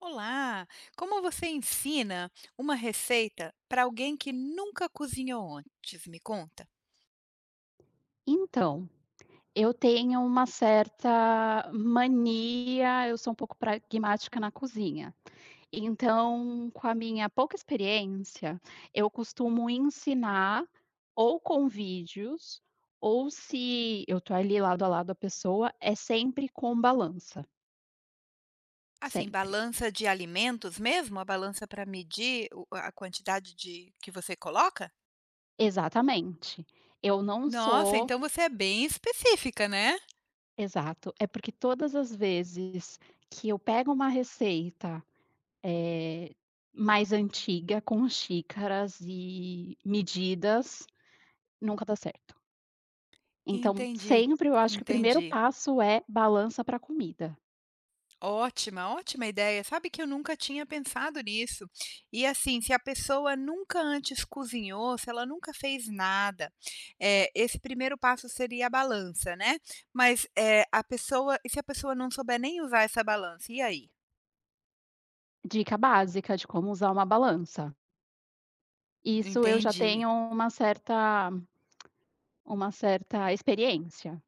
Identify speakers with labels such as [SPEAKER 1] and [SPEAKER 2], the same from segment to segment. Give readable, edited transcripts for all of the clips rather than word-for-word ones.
[SPEAKER 1] Olá! Como você ensina uma receita para alguém que nunca cozinhou antes? Me conta.
[SPEAKER 2] Então, eu tenho uma certa mania, eu sou um pouco pragmática na cozinha. Então, com a minha pouca experiência, eu costumo ensinar ou com vídeos, ou se eu tô ali lado a lado a pessoa, é sempre com balança,
[SPEAKER 1] Assim,
[SPEAKER 2] sempre.
[SPEAKER 1] balança de alimentos mesmo? A balança para medir a quantidade de que você coloca?
[SPEAKER 2] Exatamente. Eu não
[SPEAKER 1] Nossa,
[SPEAKER 2] sou
[SPEAKER 1] então você é bem específica, né?
[SPEAKER 2] exato, é porque todas as vezes que eu pego uma receita. Eh, Mais antiga, com xícaras e medidas, nunca dá certo. Então,
[SPEAKER 1] Entendi,
[SPEAKER 2] sempre eu acho que o primeiro
[SPEAKER 1] entendi.
[SPEAKER 2] passo é balança para comida.
[SPEAKER 1] Ótima, ótima ideia. Sabe que eu nunca tinha pensado nisso. E assim, se a pessoa nunca antes cozinhou, se ela nunca fez nada, esse primeiro passo seria a balança, né. Mas, a pessoa e se a pessoa não souber nem usar essa balança, e aí?
[SPEAKER 2] Dica básica de como usar uma balança. Isso eu já
[SPEAKER 1] Entendi.
[SPEAKER 2] tenho uma certa experiência.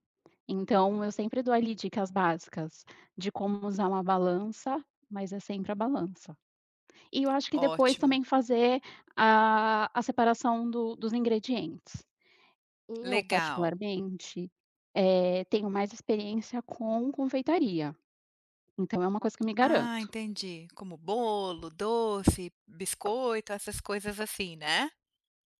[SPEAKER 2] Então, eu sempre dou ali dicas básicas de como usar uma balança, mas é sempre a balança. E eu acho que depois
[SPEAKER 1] Ótimo,
[SPEAKER 2] também fazer a separação do dos ingredientes. Eu,
[SPEAKER 1] legal.
[SPEAKER 2] particularmente, tenho mais experiência com confeitaria, então é uma coisa que eu me
[SPEAKER 1] Ah,
[SPEAKER 2] garanto.
[SPEAKER 1] entendi. Como bolo, doce, biscoito, essas coisas assim, né?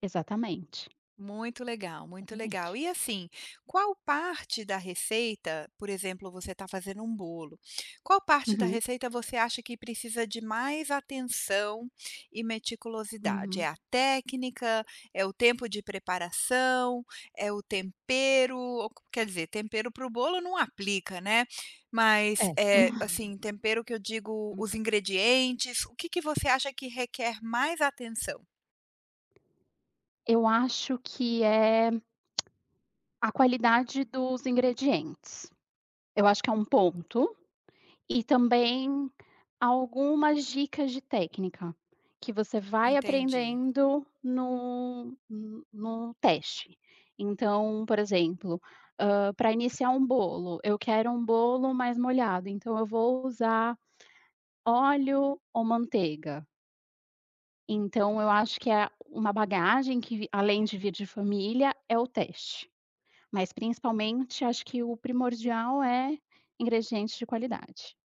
[SPEAKER 2] Exatamente,
[SPEAKER 1] Muito legal, muito legal.
[SPEAKER 2] exatamente.
[SPEAKER 1] E assim, qual parte da receita, por exemplo, você está fazendo um bolo, qual parte da
[SPEAKER 2] Uhum,
[SPEAKER 1] receita você acha que precisa de mais atenção e meticulosidade? É
[SPEAKER 2] uhum.
[SPEAKER 1] a técnica? É o tempo de preparação? É o tempero? Ou quer dizer, tempero para o bolo não aplica, né? Mas,
[SPEAKER 2] É.
[SPEAKER 1] é, assim, tempero que eu digo, os ingredientes, o que que você acha que requer mais atenção?
[SPEAKER 2] Eu acho que é a qualidade dos ingredientes. Eu acho que é um ponto. E também algumas dicas de técnica, que você vai
[SPEAKER 1] Entendi.
[SPEAKER 2] aprendendo no teste. Então, por exemplo, para iniciar um bolo, eu quero um bolo mais molhado, então eu vou usar óleo ou manteiga. Então eu acho que é uma bagagem que vi além de vir de família, é o teste. Mas principalmente acho que o primordial é ingredientes de qualidade.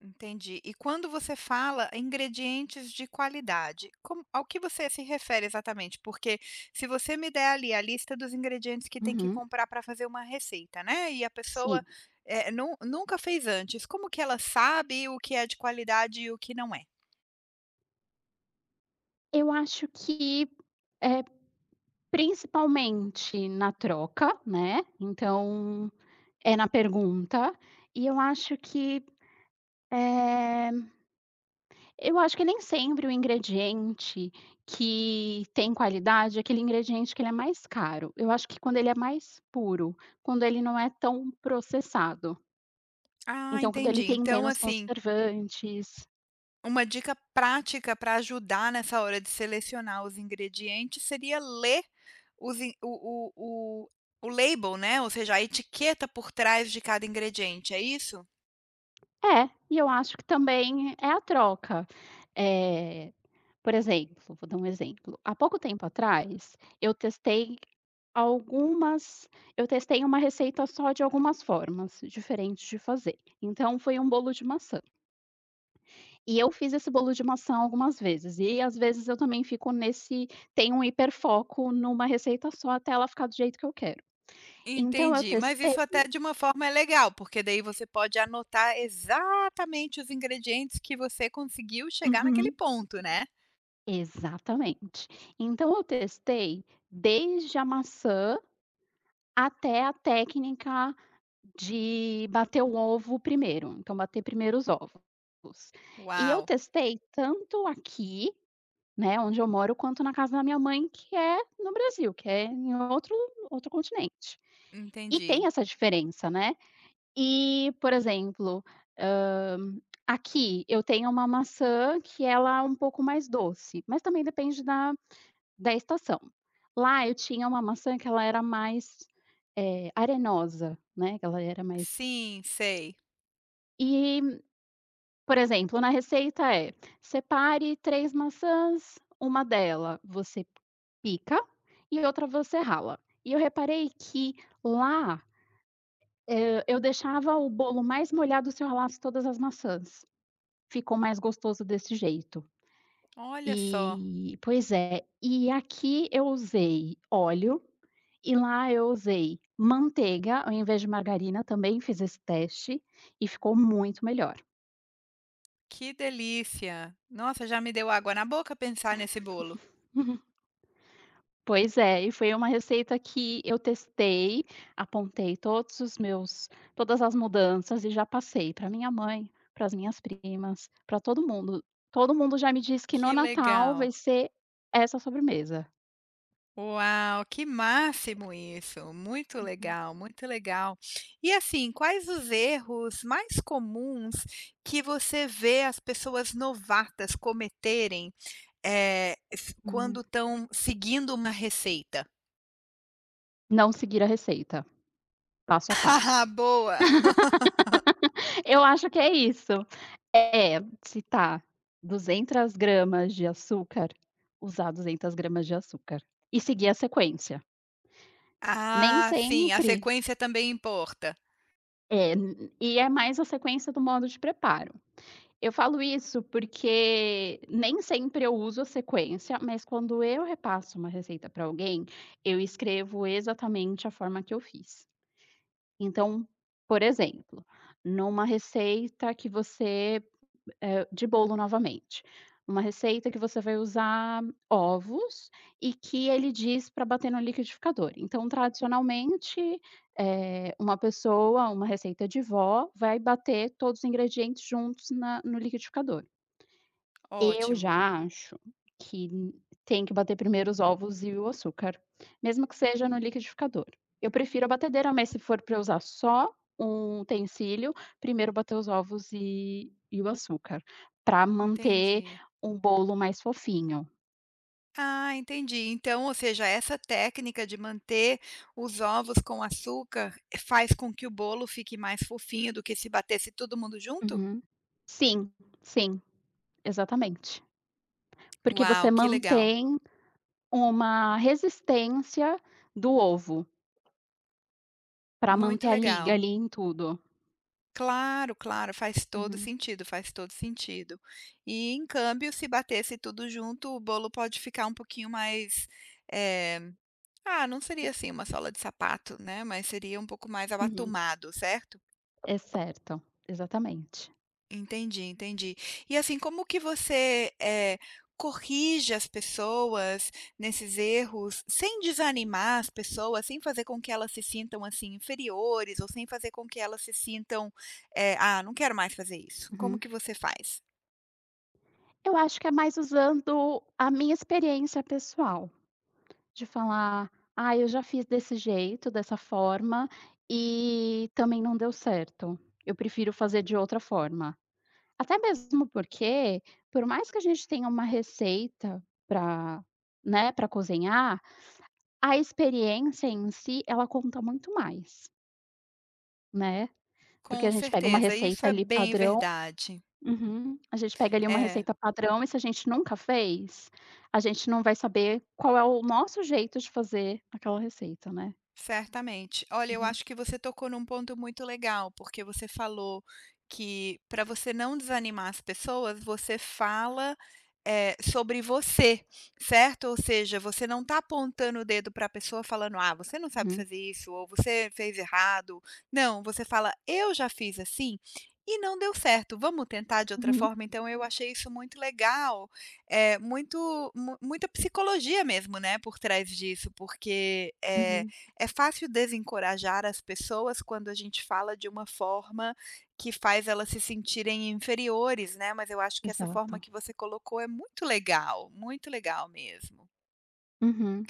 [SPEAKER 1] Entendi. E quando você fala ingredientes de qualidade, como ao que você se refere exatamente? Porque se você me der ali a lista dos ingredientes que tem que
[SPEAKER 2] Uhum,
[SPEAKER 1] comprar para fazer uma receita, né, e a pessoa,
[SPEAKER 2] sim.
[SPEAKER 1] nu nunca fez antes, como que ela sabe o que é de qualidade e o que não é?
[SPEAKER 2] Eu acho que, eh, principalmente na troca, né, então, é na pergunta, e eu acho que, eh, eu acho que nem sempre o ingrediente que tem qualidade é aquele ingrediente que ele é mais caro. Eu acho que quando ele é mais puro, quando ele não é tão processado,
[SPEAKER 1] Ah,
[SPEAKER 2] então quando
[SPEAKER 1] entendi.
[SPEAKER 2] ele tem
[SPEAKER 1] Então,
[SPEAKER 2] menos
[SPEAKER 1] assim,
[SPEAKER 2] conservantes
[SPEAKER 1] uma dica prática para ajudar nessa hora de selecionar os ingredientes seria ler os in o label, né, ou seja, a etiqueta por trás de cada ingrediente, é isso?
[SPEAKER 2] é, e eu acho que também é a troca. Eh Por exemplo, vou dar um exemplo, há pouco tempo atrás, eu testei algumas eu testei uma receita só de algumas formas diferentes de fazer. Então foi um bolo de maçã. E eu fiz esse bolo de maçã algumas vezes, e às vezes eu também fico nesse, tenho um hiperfoco numa receita só até ela ficar do jeito que eu quero. Então eu
[SPEAKER 1] Entendi, mas
[SPEAKER 2] testei
[SPEAKER 1] isso até de uma forma é legal, porque daí você pode anotar exatamente os ingredientes que você conseguiu chegar naquele
[SPEAKER 2] uhum,
[SPEAKER 1] ponto, né?
[SPEAKER 2] exatamente. Então eu testei desde a maçã até a técnica de bater o ovo primeiro, então bater primeiro os ovos. E eu
[SPEAKER 1] Uau,
[SPEAKER 2] testei tanto aqui, né, onde eu moro, quanto na casa da minha mãe, que é no Brasil, que é em outro outro continente. E
[SPEAKER 1] entendi.
[SPEAKER 2] tem essa diferença, né. E, por exemplo, hã, aqui eu tenho uma maçã que ela é um pouco mais doce, mas também depende da estação. Lá eu tinha uma maçã que ela era mais, arenosa, né, que ela era mais
[SPEAKER 1] Sim, sei.
[SPEAKER 2] e, por exemplo, na receita é: separe 3 maçãs, uma dela você pica e outra você rala. E eu reparei que lá, eu deixava o bolo mais molhado se eu ralasse todas as maçãs. Ficou mais gostoso desse jeito.
[SPEAKER 1] Olha só,
[SPEAKER 2] E pois é, e aqui eu usei óleo, e lá eu usei manteiga ao invés de margarina, também fiz esse teste, e ficou muito melhor.
[SPEAKER 1] que delícia. Nossa, já me deu água na boca pensar nesse bolo.
[SPEAKER 2] Pois é, e foi uma receita que eu testei, apontei todos os meus todas as mudanças e já passei para minha mãe, para as minhas primas, para todo mundo. Todo mundo já me disse que no
[SPEAKER 1] Que
[SPEAKER 2] Natal
[SPEAKER 1] legal.
[SPEAKER 2] vai ser essa sobremesa.
[SPEAKER 1] Uau, que máximo isso. Muito legal, muito legal. E assim, quais os erros mais comuns que você vê as pessoas novatas cometerem, eh, s quando
[SPEAKER 2] Uhum.
[SPEAKER 1] estão seguindo uma receita?
[SPEAKER 2] Não seguir a receita, passo a passo.
[SPEAKER 1] Haha, boa.
[SPEAKER 2] Eu acho que é isso. É, se tá 200 gramas de açúcar, usar 200 gramas de açúcar e seguir a sequência. Nem
[SPEAKER 1] Ah, sim, a
[SPEAKER 2] sempre
[SPEAKER 1] sequência também importa.
[SPEAKER 2] é, e é mais a sequência do modo de preparo. Eu falo isso porque nem sempre eu uso a sequência, mas quando eu repasso uma receita para alguém, eu escrevo exatamente a forma que eu fiz. Então, por exemplo, numa receita que você de bolo novamente. Uma receita que você vai usar ovos e que ele diz para bater no liquidificador. Então, tradicionalmente, uma pessoa, uma receita de vó, vai bater todos os ingredientes juntos na no liquidificador. Eu
[SPEAKER 1] Ótimo,
[SPEAKER 2] já acho que tem que bater primeiro os ovos e o açúcar, mesmo que seja no liquidificador. Eu prefiro a batedeira, mas se for para usar só um utensílio, primeiro bater os ovos e o açúcar, para manter
[SPEAKER 1] entendi.
[SPEAKER 2] um bolo mais fofinho.
[SPEAKER 1] Ah, entendi. Então, ou seja, essa técnica de manter os ovos com açúcar faz com que o bolo fique mais fofinho do que se batesse todo mundo junto?
[SPEAKER 2] Uhum. Sim, sim, exatamente. Porque
[SPEAKER 1] Uau,
[SPEAKER 2] você
[SPEAKER 1] que legal.
[SPEAKER 2] mantém uma resistência do ovo, para
[SPEAKER 1] Muito
[SPEAKER 2] manter a liga
[SPEAKER 1] legal.
[SPEAKER 2] ali em tudo.
[SPEAKER 1] Claro, claro, faz todo
[SPEAKER 2] Uhum.
[SPEAKER 1] sentido, faz todo sentido. E em câmbio, se batesse tudo junto, o bolo pode ficar um pouquinho mais, eh, ah, não seria assim uma sola de sapato, né, mas seria um pouco mais
[SPEAKER 2] Uhum.
[SPEAKER 1] abatumado, certo?
[SPEAKER 2] É certo, exatamente.
[SPEAKER 1] Entendi, entendi. E assim, como que você, corrige as pessoas nesses erros, sem desanimar as pessoas, sem fazer com que elas se sintam, assim, inferiores ou sem fazer com que elas se sintam, eh: "Ah, não quero mais fazer isso". Como
[SPEAKER 2] Uhum.
[SPEAKER 1] que você faz?
[SPEAKER 2] Eu acho que é mais usando a minha experiência pessoal, de falar: "Ah, eu já fiz desse jeito, dessa forma, e também não deu certo. Eu prefiro fazer de outra forma". Até mesmo porque, por mais que a gente tenha uma receita para, né, para cozinhar, a experiência em si, ela conta muito mais, né. Porque a
[SPEAKER 1] Com
[SPEAKER 2] gente pega uma
[SPEAKER 1] certeza, isso
[SPEAKER 2] receita
[SPEAKER 1] é
[SPEAKER 2] ali
[SPEAKER 1] bem
[SPEAKER 2] padrão.
[SPEAKER 1] verdade.
[SPEAKER 2] Uhum. A gente pega ali uma
[SPEAKER 1] É,
[SPEAKER 2] receita padrão e se a gente nunca fez, a gente não vai saber qual é o nosso jeito de fazer aquela receita, né.
[SPEAKER 1] certamente. Olha, eu
[SPEAKER 2] Uhum,
[SPEAKER 1] acho que você tocou num ponto muito legal, porque você falou que, para você não desanimar as pessoas, você fala sobre você, certo? Ou seja, você não está apontando o dedo para a pessoa falando: "Ah, você não sabe
[SPEAKER 2] uhum,
[SPEAKER 1] fazer isso" ou "Você fez errado". Não, você fala: "Eu já fiz assim e não deu certo, vamos tentar de outra
[SPEAKER 2] uhum,
[SPEAKER 1] forma?". Então eu achei isso muito legal. É muito mu muita psicologia mesmo, né, por trás disso, porque,
[SPEAKER 2] uhum,
[SPEAKER 1] é fácil desencorajar as pessoas quando a gente fala de uma forma que faz elas se sentirem inferiores, né, mas eu acho que essa forma
[SPEAKER 2] exato.
[SPEAKER 1] que você colocou é muito legal mesmo.
[SPEAKER 2] Uhum,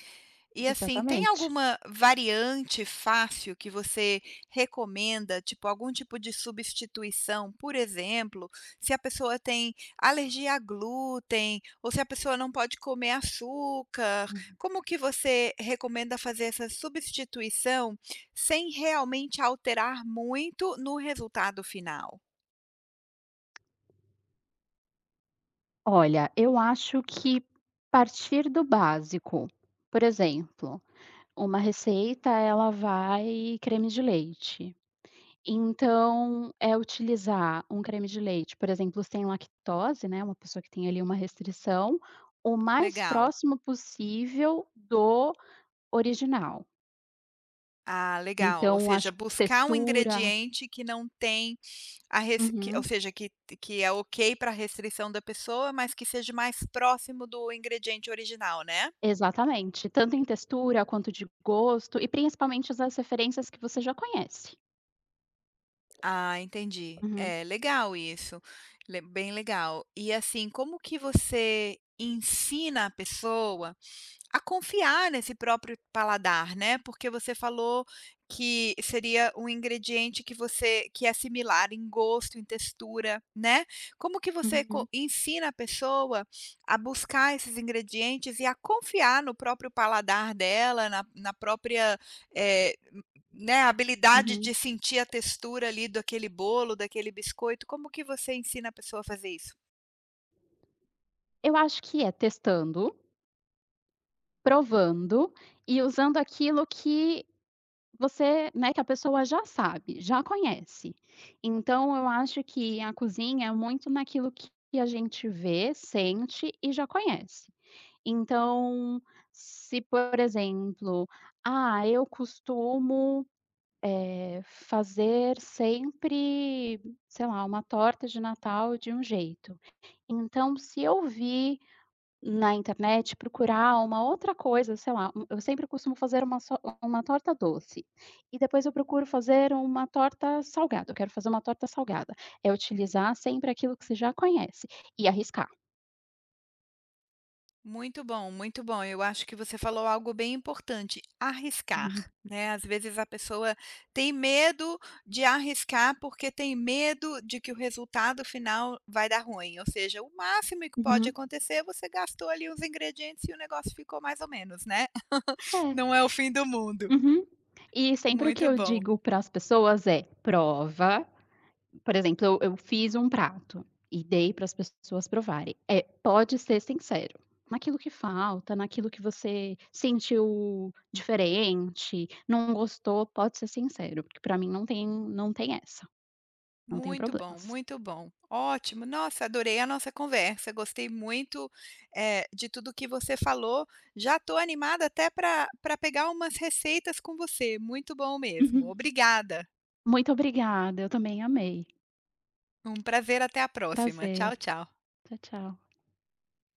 [SPEAKER 1] E assim, tem
[SPEAKER 2] exatamente.
[SPEAKER 1] alguma variante fácil que você recomenda, tipo, algum tipo de substituição? Por exemplo, se a pessoa tem alergia a glúten, ou se a pessoa não pode comer açúcar, como que você recomenda fazer essa substituição, sem realmente alterar muito no resultado final?
[SPEAKER 2] Olha, eu acho que partir do básico, por exemplo, uma receita ela vai creme de leite. Então, é utilizar um creme de leite, por exemplo, sem lactose, né, uma pessoa que tem ali uma restrição, o mais
[SPEAKER 1] Legal.
[SPEAKER 2] próximo possível do original.
[SPEAKER 1] Ah, legal. Ou
[SPEAKER 2] Então,
[SPEAKER 1] seja,
[SPEAKER 2] acho que
[SPEAKER 1] buscar um
[SPEAKER 2] textura
[SPEAKER 1] ingrediente que não tem a res que ou
[SPEAKER 2] uhum,
[SPEAKER 1] seja, que é ok para a restrição da pessoa, mas que seja mais próximo do ingrediente original, né?
[SPEAKER 2] exatamente, tanto em textura quanto de gosto e principalmente as referências que você já conhece.
[SPEAKER 1] Ah, entendi.
[SPEAKER 2] Uhum,
[SPEAKER 1] É, legal isso. Le Bem legal. E, assim, como que você ensina a pessoa a confiar nesse próprio paladar, né, porque você falou que seria um ingrediente que é similar em gosto, em textura, né. Como que você co
[SPEAKER 2] uhum,
[SPEAKER 1] ensina a pessoa a buscar esses ingredientes e a confiar no próprio paladar dela, na própria, eh, m- né, habilidade
[SPEAKER 2] uhum.
[SPEAKER 1] de sentir a textura ali do aquele bolo, daquele biscoito, como que você ensina a pessoa a fazer isso?
[SPEAKER 2] Eu acho que é testando, provando e usando aquilo que você, né, que a pessoa já sabe, já conhece. Então eu acho que a cozinha é muito naquilo que a gente vê, sente e já conhece. Então, se por exemplo, ah, eu costumo, fazer sempre, sei lá, uma torta de Natal de um jeito. Então se eu vi na internet, procurar uma outra coisa, sei lá, um eu sempre costumo fazer uma torta doce, e depois eu procuro fazer uma torta salgada, eu quero fazer uma torta salgada. É utilizar sempre aquilo que você já conhece, e arriscar.
[SPEAKER 1] Muito bom, muito bom. Eu acho que você falou algo bem importante,
[SPEAKER 2] Uhum,
[SPEAKER 1] arriscar, né. Às vezes a pessoa tem medo de arriscar, porque tem medo de que o resultado final vai dar ruim, ou seja, o máximo que pode
[SPEAKER 2] uhum.
[SPEAKER 1] acontecer, é você gastou ali os ingredientes e o negócio ficou mais ou menos, né.
[SPEAKER 2] É,
[SPEAKER 1] Não é o fim do mundo.
[SPEAKER 2] uhum. E sempre o que
[SPEAKER 1] Muito
[SPEAKER 2] eu
[SPEAKER 1] bom.
[SPEAKER 2] digo para as pessoas é: "Prova, por exemplo, eu fiz um prato e dei para as pessoas provarem. É, pode ser sincero. Naquilo que falta, naquilo que você sentiu diferente, não gostou, pode ser sincero, porque para mim não tem, não tem essa, não tenho
[SPEAKER 1] Muito bom,
[SPEAKER 2] problemas".
[SPEAKER 1] muito bom. Ótimo. Nossa, adorei a nossa conversa. Gostei muito, de tudo que você falou. Já estou animada até para pegar umas receitas com você. Muito bom mesmo.
[SPEAKER 2] Uhum.
[SPEAKER 1] Obrigada.
[SPEAKER 2] Muito obrigada, eu também amei.
[SPEAKER 1] Um prazer. Até a próxima.
[SPEAKER 2] Prazer.
[SPEAKER 1] Tchau, tchau.
[SPEAKER 2] Tchau, tchau.